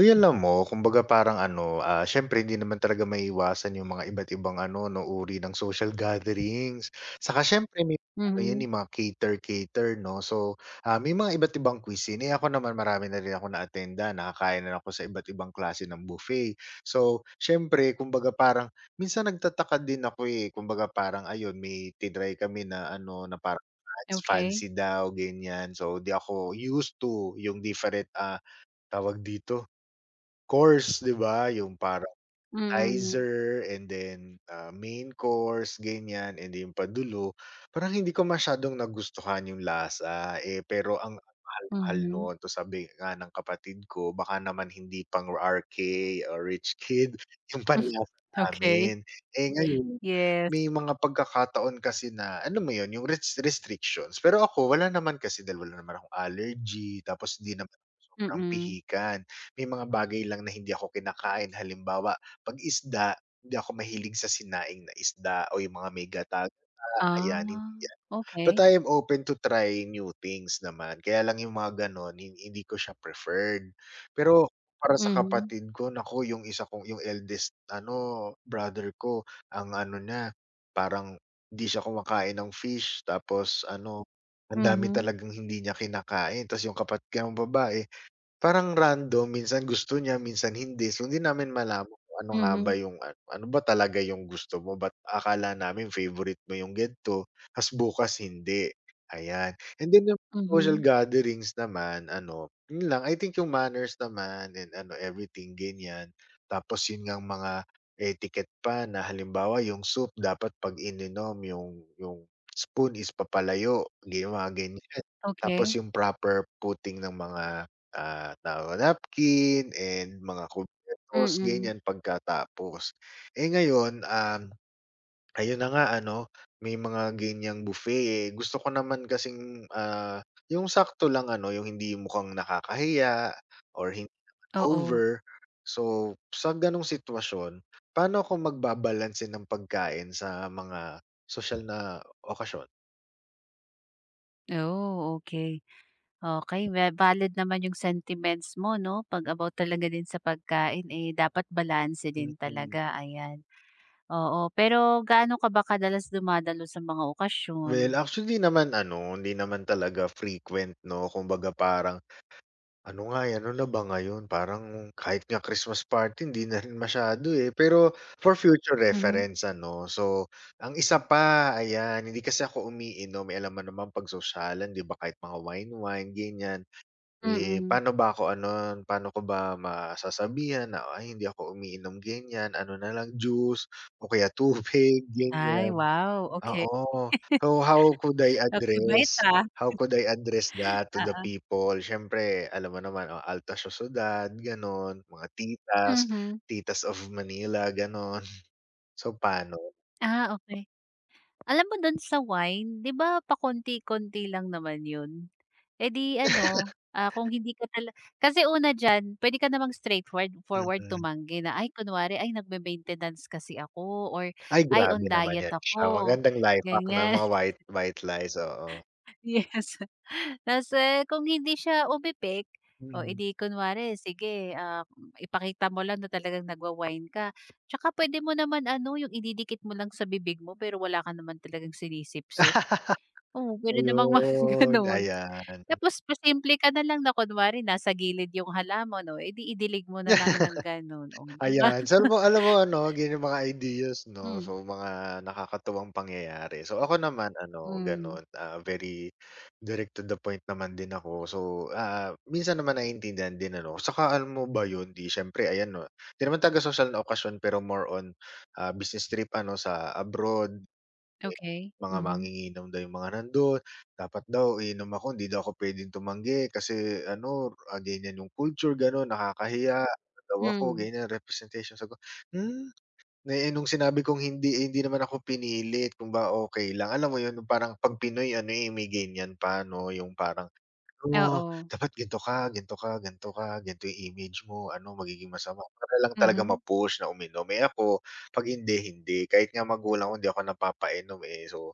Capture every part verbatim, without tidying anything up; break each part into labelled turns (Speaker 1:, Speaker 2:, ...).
Speaker 1: Uy, alam mo kumbaga parang ano, ah, siyempre hindi naman talaga maiiwasan yung mga iba't ibang ano 'no, uri ng social gatherings. Saka siyempre may mga ano yan,
Speaker 2: Mhm,
Speaker 1: yung mga cater-cater 'no. So, ah, may mga iba't ibang cuisine. Eh, ako naman marami na rin akong na-attendan, nakakain na ako sa iba't ibang klase ng buffet. So, siyempre kumbaga parang minsan nagtataka din ako, eh, kumbaga parang ayun may tinry kami na ano na parang fats
Speaker 2: okay.
Speaker 1: fancy daw, ganyan. So, 'di ako used to yung different, ah, tawag dito? Course, 'di ba, yung
Speaker 2: Mm,
Speaker 1: appetizer and then, ah, main course ganyan and then yung padulo, parang hindi ko masyadong nagustuhan yung lasa, eh, pero ang ang mahal-mahal
Speaker 2: mhm.
Speaker 1: nun to sabi nga ng kapatid ko baka naman hindi pang R K or rich kid yung panlasa
Speaker 2: Okay,
Speaker 1: namin. Eh, ngayon
Speaker 2: yes.
Speaker 1: may mga pagkakataon kasi na ano mo yun yung res restrictions pero ako wala naman kasi dahil wala naman akong allergy tapos hindi naman ako sobrang
Speaker 2: Mm.
Speaker 1: pihikan. May mga bagay lang na hindi ako kinakain halimbawa 'pag isda, hindi ako mahilig sa sinaing na isda o yung mga may gata-gata,
Speaker 2: Ah,
Speaker 1: ayan, hindi yan. But
Speaker 2: okey.
Speaker 1: I am open to try new things naman, kaya lang yung mga gano'n hin hindi ko siya preferred. Pero para sa
Speaker 2: Mhm,
Speaker 1: kapatid ko, naku, yung isa kong yung eldest ano, brother ko, ang ano niya, parang hindi siya kumakain ng fish tapos ano, ang dami
Speaker 2: mhm,
Speaker 1: talagang hindi niya kinakain. Tas yung kapatid ko namang babae parang random, minsan gusto niya, minsan hindi. So, hindi namin malaman kung ano nga ba
Speaker 2: mhm,
Speaker 1: yung ano, ano ba talaga yung gusto mo, ba't akala namin favorite mo yung gan'to, ta's bukas hindi, ayan. And then yung social
Speaker 2: mhm.
Speaker 1: gatherings naman ano, yun lang, I think yung manners naman and ano, everything ganyan. Tapos yun ngang mga etiquette pa na halimbawa yung soup dapat 'pag ininom yung yung spoon is papalayo, yung mga ganyan. Tapos
Speaker 2: Okay.
Speaker 1: yung proper putting ng mga Ah, towel napkin and mga kubertos
Speaker 2: Mm.
Speaker 1: ganyan pagkatapos. Eh, ngayon, um, ayun na nga ano, may mga ganyang buffet, eh. Gusto ko naman kasing, ah, yung sakto lang ano, yung hindi mukhang nakakahiya or hindi naman
Speaker 2: Oo.
Speaker 1: over. So, sa gano'ng sitwasyon, paano ako magbabalanse ng pagkain sa mga social na okasyon?
Speaker 2: Oh, okey. Okay, va valid naman yung sentiments mo 'no, 'pag about talaga din sa pagkain, eh, dapat balanse din
Speaker 1: Mm.
Speaker 2: talaga, ayan. Oo, pero gaano ka ba kadalas dumadalo sa mga okasyon?
Speaker 1: Well, actually naman ano, hindi naman talaga frequent 'no, kumbaga parang ano nga eh, ano na ba ngayon parang kahit nga Christmas party hindi na rin masyado eh. Pero for future
Speaker 2: Mhm.
Speaker 1: reference ano, so ang isa pa ayan, hindi kasi ako umiinom, eh, alam mo naman 'pag sosyalan 'di ba kahit mga wine-wine ganyan, eh,
Speaker 2: Mm.
Speaker 1: paano ba ako ano, paano ko ba masasabihan na, "Ay hindi ako umiinom," ganyan, ano na lang juice o kaya tubig,
Speaker 2: Ay,
Speaker 1: ganyan.
Speaker 2: wow, okey.
Speaker 1: Oo. So, how could I
Speaker 2: Okey, bait,
Speaker 1: address
Speaker 2: ah.
Speaker 1: how could I address that to the
Speaker 2: Oo.
Speaker 1: people? Siyempre alam mo naman, oh, alta sosyedad gano'n, mga titas,
Speaker 2: Mhm.
Speaker 1: titas of Manila gano'n. So, paano?
Speaker 2: Ah, okey. Alam mo dun sa wine, 'di ba pakonti-konti lang naman yun? Eh, di ano, ah, kung hindi ka tala kasi una diyan puwede ka namang straightford forward
Speaker 1: Mm.
Speaker 2: tumanggi na, ay kunwari, "Ay nagme-maintenance kasi ako," or,
Speaker 1: Ay
Speaker 2: "Ay on
Speaker 1: grabe naman
Speaker 2: diet
Speaker 1: 'yan siya,
Speaker 2: ako,"
Speaker 1: magandang life hack na
Speaker 2: ganyan.
Speaker 1: mga white white lies, oo.
Speaker 2: Yes. Tas, eh, kung hindi siya umipik, o eh,
Speaker 1: Mm.
Speaker 2: di kunwari sige, ah, ipakita mo lang na talagang nagwa-wine ka. Tsaka puwede mo naman ano, yung ididikit mo lang sa bibig mo pero wala ka naman talagang sip. Oo, puwede namang mga
Speaker 1: Ayun,
Speaker 2: gano'n.
Speaker 1: ayan.
Speaker 2: Tapos pasimple ka na lang na kunwari nasa gilid yung halaman, oh, eh, idilig mo na lang ng gano'n, oh, 'di ba?
Speaker 1: Ayan, so alam mo alam mo ano, ganyan yung mga ideas 'no,
Speaker 2: Hmm,
Speaker 1: so mga nakakatuwang pangyayari. So ako naman ano,
Speaker 2: hmm,
Speaker 1: gano'n, ah, very direct to the point naman din ako. So, ah, minsan naman naiintindihan din ano, saka alam mo ba 'yun, 'di siyempre ayan 'no, 'di naman taga social na okasyon pero more on, ah, business trip ano sa abroad. Eh,
Speaker 2: okey,
Speaker 1: mga
Speaker 2: mhm.
Speaker 1: manginginom daw yung mga nandun, dapat daw iinom ako hindi daw ako puwedeng tumanggi kasi ano, ah, ganyan yung culture gano'n, nakakahiya, ano daw ako
Speaker 2: Hmm,
Speaker 1: ganyan, representation. Sabi ko, "Hmm." na, eh, nung sinabi kong hindi, eh, hindi naman ako pinilit kung ba okay lang. Alam mo yun yung parang 'pag Pinoy ano, eh, may ganyan pa 'no, yung parang, "Oh,
Speaker 2: oo,
Speaker 1: dapat ginto ka, ginto ka, ganito ka, ganito yung image mo ano, magiging masama." Para lang talaga
Speaker 2: mhm.
Speaker 1: ma-push na uminom. Eh, ako 'pag hindi, hindi. Kahit nga magulang ko hindi ako napapainom, eh, so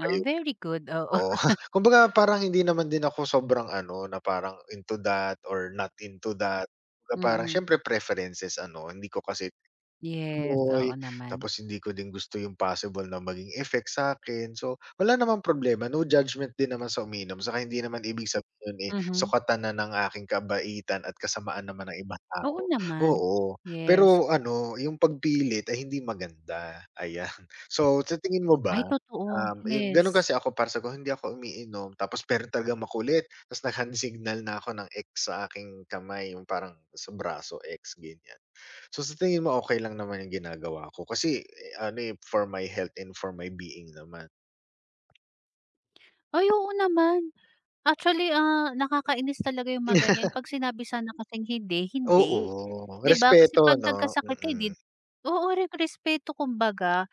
Speaker 2: Oh,
Speaker 1: ayun,
Speaker 2: very good, oo.
Speaker 1: oo. Kumbaga parang hindi naman din ako sobrang ano, na parang into that or not into that. Kumbaga parang
Speaker 2: Mm,
Speaker 1: siyempre preferences ano, hindi ko kasi
Speaker 2: yes,
Speaker 1: amoy,
Speaker 2: oo naman.
Speaker 1: tapos hindi ko din gusto yung possible na maging effect sa akin. So, wala namang problema, no judgment din naman sa uminom, saka hindi naman ibig sabihin yun eh,
Speaker 2: Mhm.
Speaker 1: sukatan na ng aking kabaitan at kasamaan naman ng ibang
Speaker 2: Oo
Speaker 1: tao.
Speaker 2: naman,
Speaker 1: Oo,
Speaker 2: yes.
Speaker 1: pero ano, yung pagpilit ay hindi maganda, ayan. So, sa tingin mo ba,
Speaker 2: Ay totoo,
Speaker 1: um, yung
Speaker 2: yes.
Speaker 1: ganun kasi ako para sa ko hindi ako umiinom tapos pero talagang makulit, ta's nag-hand signal na ako ng X sa aking kamay, yung parang sa braso, X, ganyan. So, sa tingin mo okey lang naman yung ginagawa ko kasi, eh, ano, eh, for my health and for my being naman.
Speaker 2: Ay oo naman. Actually, ah, nakakainis talaga yung mga ganyan 'pag sinabi sana kasing hindi, hindi.
Speaker 1: Oo,
Speaker 2: 'Di ba kasi
Speaker 1: respeto
Speaker 2: 'pag
Speaker 1: 'no?
Speaker 2: nagkasakit ka hindi.
Speaker 1: Mm,
Speaker 2: Oo, re respeto kumbaga.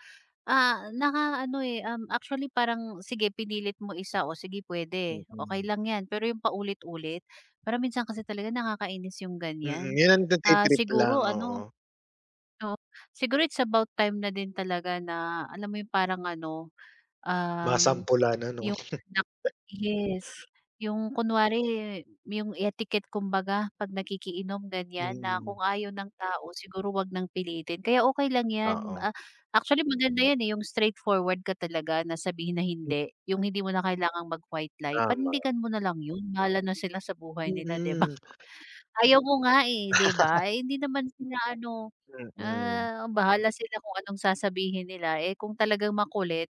Speaker 2: Ah, naka ano eh, um, actually parang sige pinilit mo isa, o sige pwede okey
Speaker 1: mm.
Speaker 2: lang 'yan, pero yung paulit-ulit, parang minsan kasi talaga nakakainis yung
Speaker 1: Mm,
Speaker 2: ganyan.
Speaker 1: yun ang
Speaker 2: Ah,
Speaker 1: nagti-trip lang,
Speaker 2: siguro
Speaker 1: oo.
Speaker 2: ano. Oo, siguro it's about time na din talaga na alam mo yung parang ano, um,
Speaker 1: Masampulan ano?
Speaker 2: yung anak yes, yung kunwari yung etiquette kumbaga 'pag nakikiinom ganyan na
Speaker 1: Mm,
Speaker 2: kung ayaw ng tao siguro 'wag nang pilitin kaya okey lang 'yan.
Speaker 1: oo.
Speaker 2: Ah, actually maganda 'yan, eh, yung straightforward ka talaga na sabihin na
Speaker 1: Hmm,
Speaker 2: hindi, yung hindi mo na kailangang mag-white lie,
Speaker 1: tama.
Speaker 2: panindigan mo na lang 'yun, bahala na sila sa buhay nila, 'di ba?
Speaker 1: Mm,
Speaker 2: Ayaw mo nga, eh, 'di ba? Eh, hindi naman sila ano,
Speaker 1: mm.
Speaker 2: ah, bahala sila kung anong sasabihin nila. Eh, kung talagang makulit,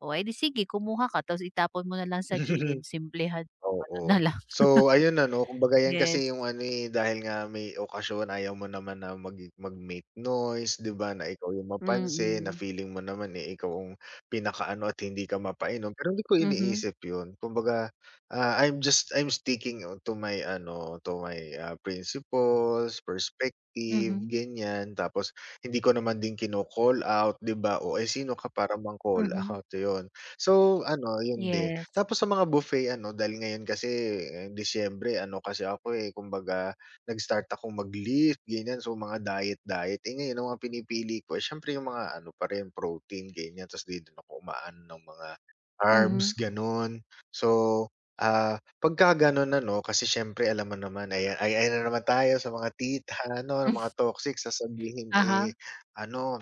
Speaker 2: o, eh, 'di sige kumuha ka tapos itapon mo na lang sa gilid, simplehan mo, gano'n
Speaker 1: Oo.
Speaker 2: na lang.
Speaker 1: So ayun ano, kumbaga yan
Speaker 2: Yes,
Speaker 1: kasi yung ano, eh, dahil nga may okasyon ayaw mo naman na mag mag-make noise, 'di ba, na ikaw yung mapansin, na
Speaker 2: mm.
Speaker 1: feeling mo naman, eh, ikaw ang pinakaano at hindi ka mapainom. Pero hindi ko
Speaker 2: Mhm,
Speaker 1: iniisip yun. Kumbaga, ah, I'm just I'm sticking to my ano, to my, ah, principles, perspective,
Speaker 2: mhm,
Speaker 1: ganyan. Tapos hindi ko naman din kino-call out, 'di ba, o, "Ay sino ka para mang-call
Speaker 2: mhm,
Speaker 1: out?" Yun. So ano, yun din.
Speaker 2: yes.
Speaker 1: Tapos sa mga buffet ano, dahil ngayon kasi, eh, Disyembre ano kasi ako, eh, kumbaga nag-start akong mag-lift ganyan, so mga diet-diet. Eh, ngayon ang mga pinipili ko, eh, siyempre yung mga ano pa rin protein ganyan, tapos di din ako umaano ng mga
Speaker 2: Mhm, hmm,
Speaker 1: carbs gano'n. So, ah, pagka gano'n ano, kasi siyempre alam mo naman ay ay ayan na naman tayo sa mga tita ano, mga toxic sasabihin,
Speaker 2: aha,
Speaker 1: eh, ano.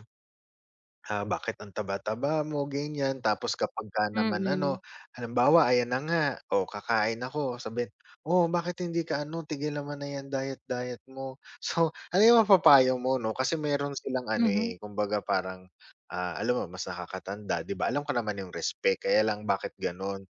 Speaker 1: Ah, bakit ang taba-taba mo, ganyan. Tapos kapagka naman ano,
Speaker 2: mm,
Speaker 1: halimbawa ayan na nga, o kakain ako sabihin, "Oh, bakit hindi ka ano, tigilan mo na 'yan diet-diet mo." So, ano yung mapapayo mo 'no, kasi meron silang ano,
Speaker 2: mhm,
Speaker 1: eh, kumbaga parang, ah, alam mo mas nakakatanda, 'di ba? Alam ko naman yung respect, kaya lang bakit gano'n?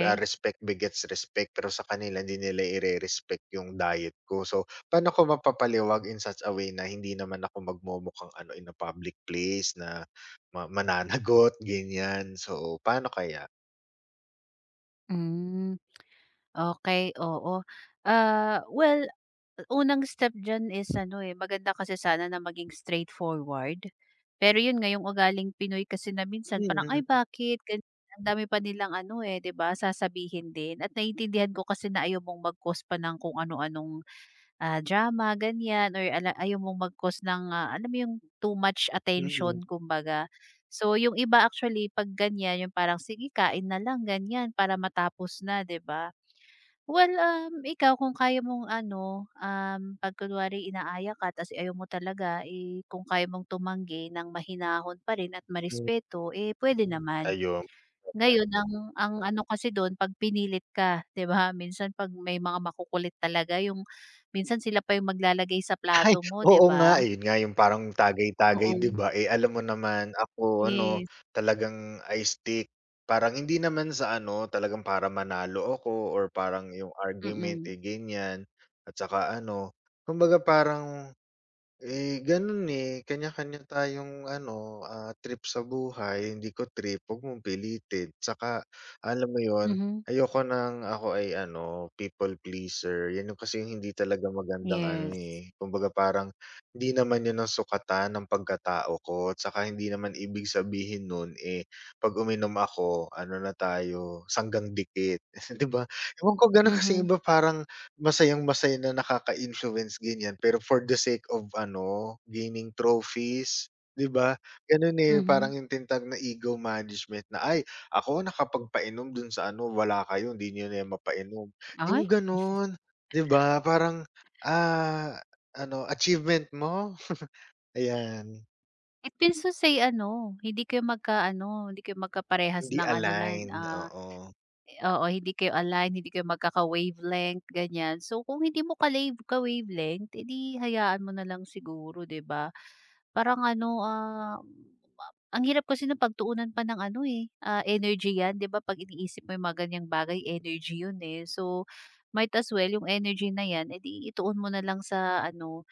Speaker 1: Ah, respect begets respect, pero sa kanila hindi nila ire-respect yung diet ko. So, paano ko mapapaliwag in such a way na hindi naman ako magmumukhang ano, in a public place na ma mananagot, ganyan. So, paano kaya?
Speaker 2: Hmm, okey, oo. Ah, well, unang step diyan is ano, eh, maganda kasi sana na maging straightforward. Pero yun ngayong yung ugaling Pinoy kasi na minsan parang, "Ay
Speaker 1: Mm,
Speaker 2: bakit?" ganyan. Ang dami pa nilang ano, eh, 'di ba, sasabihin din at naiintindihan ko kasi na ayaw mong mag-cause pa ng kung ano-anong, ah, drama ganyan, or ala ayaw mong mag-cause ng, ah, alam mo yung too much
Speaker 1: mm,
Speaker 2: attention kumbaga. So yung iba actually 'pag ganyan yung parang, "Sige kain na lang," ganyan para matapos na, 'di ba? Well, um, ikaw kung kaya mong ano, um, 'pag kunwari inaaya ka ta's ayaw mo talaga, eh, kung kaya mong tumanggi ng mahinahon pa rin at
Speaker 1: hmm.
Speaker 2: marespeto, eh, pwede naman.
Speaker 1: Ayun.
Speaker 2: Ngayon ang ang ano kasi doon 'pag pinilit ka, 'di ba? Minsan 'pag may mga makukulit talaga yung minsan sila pa yung maglalagay sa
Speaker 1: Ay,
Speaker 2: plato mo, 'di
Speaker 1: oo nga,
Speaker 2: ba?
Speaker 1: eh, yun nga yung parang tagay-tagay 'di
Speaker 2: Oo,
Speaker 1: ba? Eh, alam mo naman ako ano,
Speaker 2: yes.
Speaker 1: talagang I stick parang hindi naman sa ano, talagang para manalo ako or parang yung argument, eh,
Speaker 2: Mm.
Speaker 1: ganyan at saka ano, kumbaga parang eh, gano'n, eh, kanya-kanya tayong ano, ah, trip sa buhay. Hindi ko trip, huwag mong pilitin. Tsaka alam mo yon.
Speaker 2: Mhm,
Speaker 1: Ayoko ng ako ay ano, people pleaser. 'Yan 'yung kasi yung hindi talaga magandang ano,
Speaker 2: yes.
Speaker 1: eh, kumbaga parang hindi naman 'yun ang sukatan ng pagkatao ko. Tsaka hindi naman ibig sabihin nun, eh, 'pag uminom ako ano na tayo, sanggang dikit, 'di ba? Ewan ko, gano'n kasi
Speaker 2: Mhm,
Speaker 1: iba parang masayang-masaya na nakaka-influence ganyan, pero for the sake of ano, gaining trophies, 'di ba? Gano'n, eh,
Speaker 2: mhm.
Speaker 1: parang yung tinatawag na ego management na, "Ay, ako nakapagpainom dun sa ano, wala kayo, hindi niyo na yan mapainom." Yung
Speaker 2: Ay.
Speaker 1: gano'n, 'di ba? Parang, ah, ano, achievement mo, ayan,
Speaker 2: Eh, pinso say ano, hindi kayo magka-ano, hindi kayo magkaparehas
Speaker 1: hindi
Speaker 2: ng ano lan
Speaker 1: aligned,
Speaker 2: ah,
Speaker 1: oo.
Speaker 2: oo, hindi kayo align, hindi kayo magkaka-wavelength, ganyan. So, kung hindi mo ka-lave ka-wavelength, eh, 'di hayaan mo na lang siguro, 'di ba? Parang ano, ah, ang hirap kasi ng pagtuunan pa ng ano, eh, ah, energy 'yan, 'di ba? 'Pag iniisip mo yung mga ganyang bagay, energy 'yun, eh. So, might as well yung energy na 'yan, eh, 'di ituon mo na lang sa ano,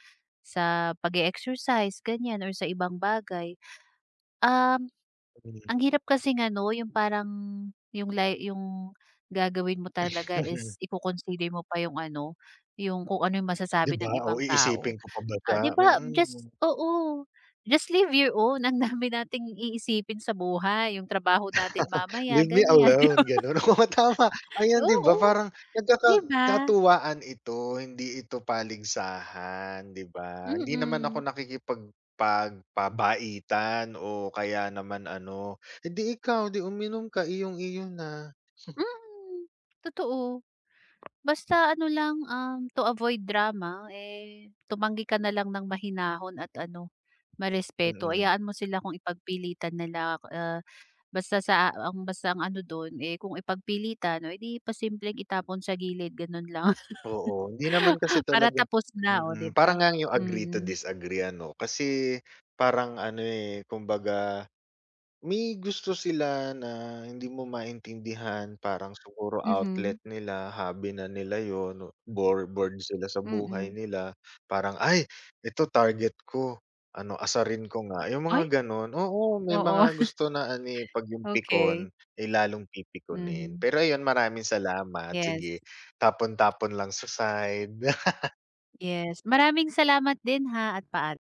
Speaker 2: sa pag exercise ganyan or sa ibang bagay. Um,
Speaker 1: Hmm.
Speaker 2: ang hirap kasi ano, yung parang yung lay yung gagawin mo talaga is iko-consider mo pa yung ano, yung kung ano yung
Speaker 1: 'Di
Speaker 2: masasabi
Speaker 1: ba?
Speaker 2: ng
Speaker 1: Oh,
Speaker 2: ibang
Speaker 1: iisipin
Speaker 2: tao.
Speaker 1: ko pa ba
Speaker 2: Ah,
Speaker 1: siya?
Speaker 2: 'di ba just
Speaker 1: Mm.
Speaker 2: oo, just live your own. Ang dami nating iisipin sa buhay, yung trabaho natin mamaya,
Speaker 1: Leave me
Speaker 2: ganyan.
Speaker 1: alone, gano'n. Oo, tama. Ayan, 'di
Speaker 2: Oo,
Speaker 1: ba, parang
Speaker 2: 'di
Speaker 1: nagkaka
Speaker 2: ba?
Speaker 1: katuwaan ito, hindi ito paligsahan, 'di ba? Hindi naman ako
Speaker 2: Mm,
Speaker 1: nakikipag pagpabaitan o kaya naman ano, "Eh, 'di ikaw, 'di uminom ka, iyong-iyo na."
Speaker 2: mm, totoo. Basta ano lang, um, to avoid drama, eh, tumanggi ka na lang ng mahinahon at ano, marespeto.
Speaker 1: Mm,
Speaker 2: Hayaan mo sila kung ipagpilitan nila, ah, basta sa ang basta ang ano dun, eh, kung ipagpilitan, oh, edi pasimpleng itapon sa gilid ganun lang.
Speaker 1: oo. Hindi naman kasi
Speaker 2: Para
Speaker 1: talaga
Speaker 2: tapos na, o 'di
Speaker 1: mm,
Speaker 2: ba?
Speaker 1: parang ngang yung agree to
Speaker 2: Mm.
Speaker 1: disagree ano, kasi parang ano, eh, kumbaga may gusto sila na hindi mo maintindihan, parang siguro outlet
Speaker 2: Mhm.
Speaker 1: nila, hobby na nila yun, bore bored sila sa buhay
Speaker 2: Mm.
Speaker 1: nila, parang, "Ay, ito target ko, ano asarin ko nga." Yung
Speaker 2: Ay,
Speaker 1: mga gano'n, oo, may
Speaker 2: oo,
Speaker 1: mga gusto na ani eh, 'pag yung
Speaker 2: okay.
Speaker 1: pikon,
Speaker 2: Okey.
Speaker 1: eh, lalong pipikunin.
Speaker 2: Mhm.
Speaker 1: Pero ayun, maraming salamat,
Speaker 2: Yes,
Speaker 1: sige, tapon-tapon lang sa side.
Speaker 2: yes. Maraming salamat din ha at paalam.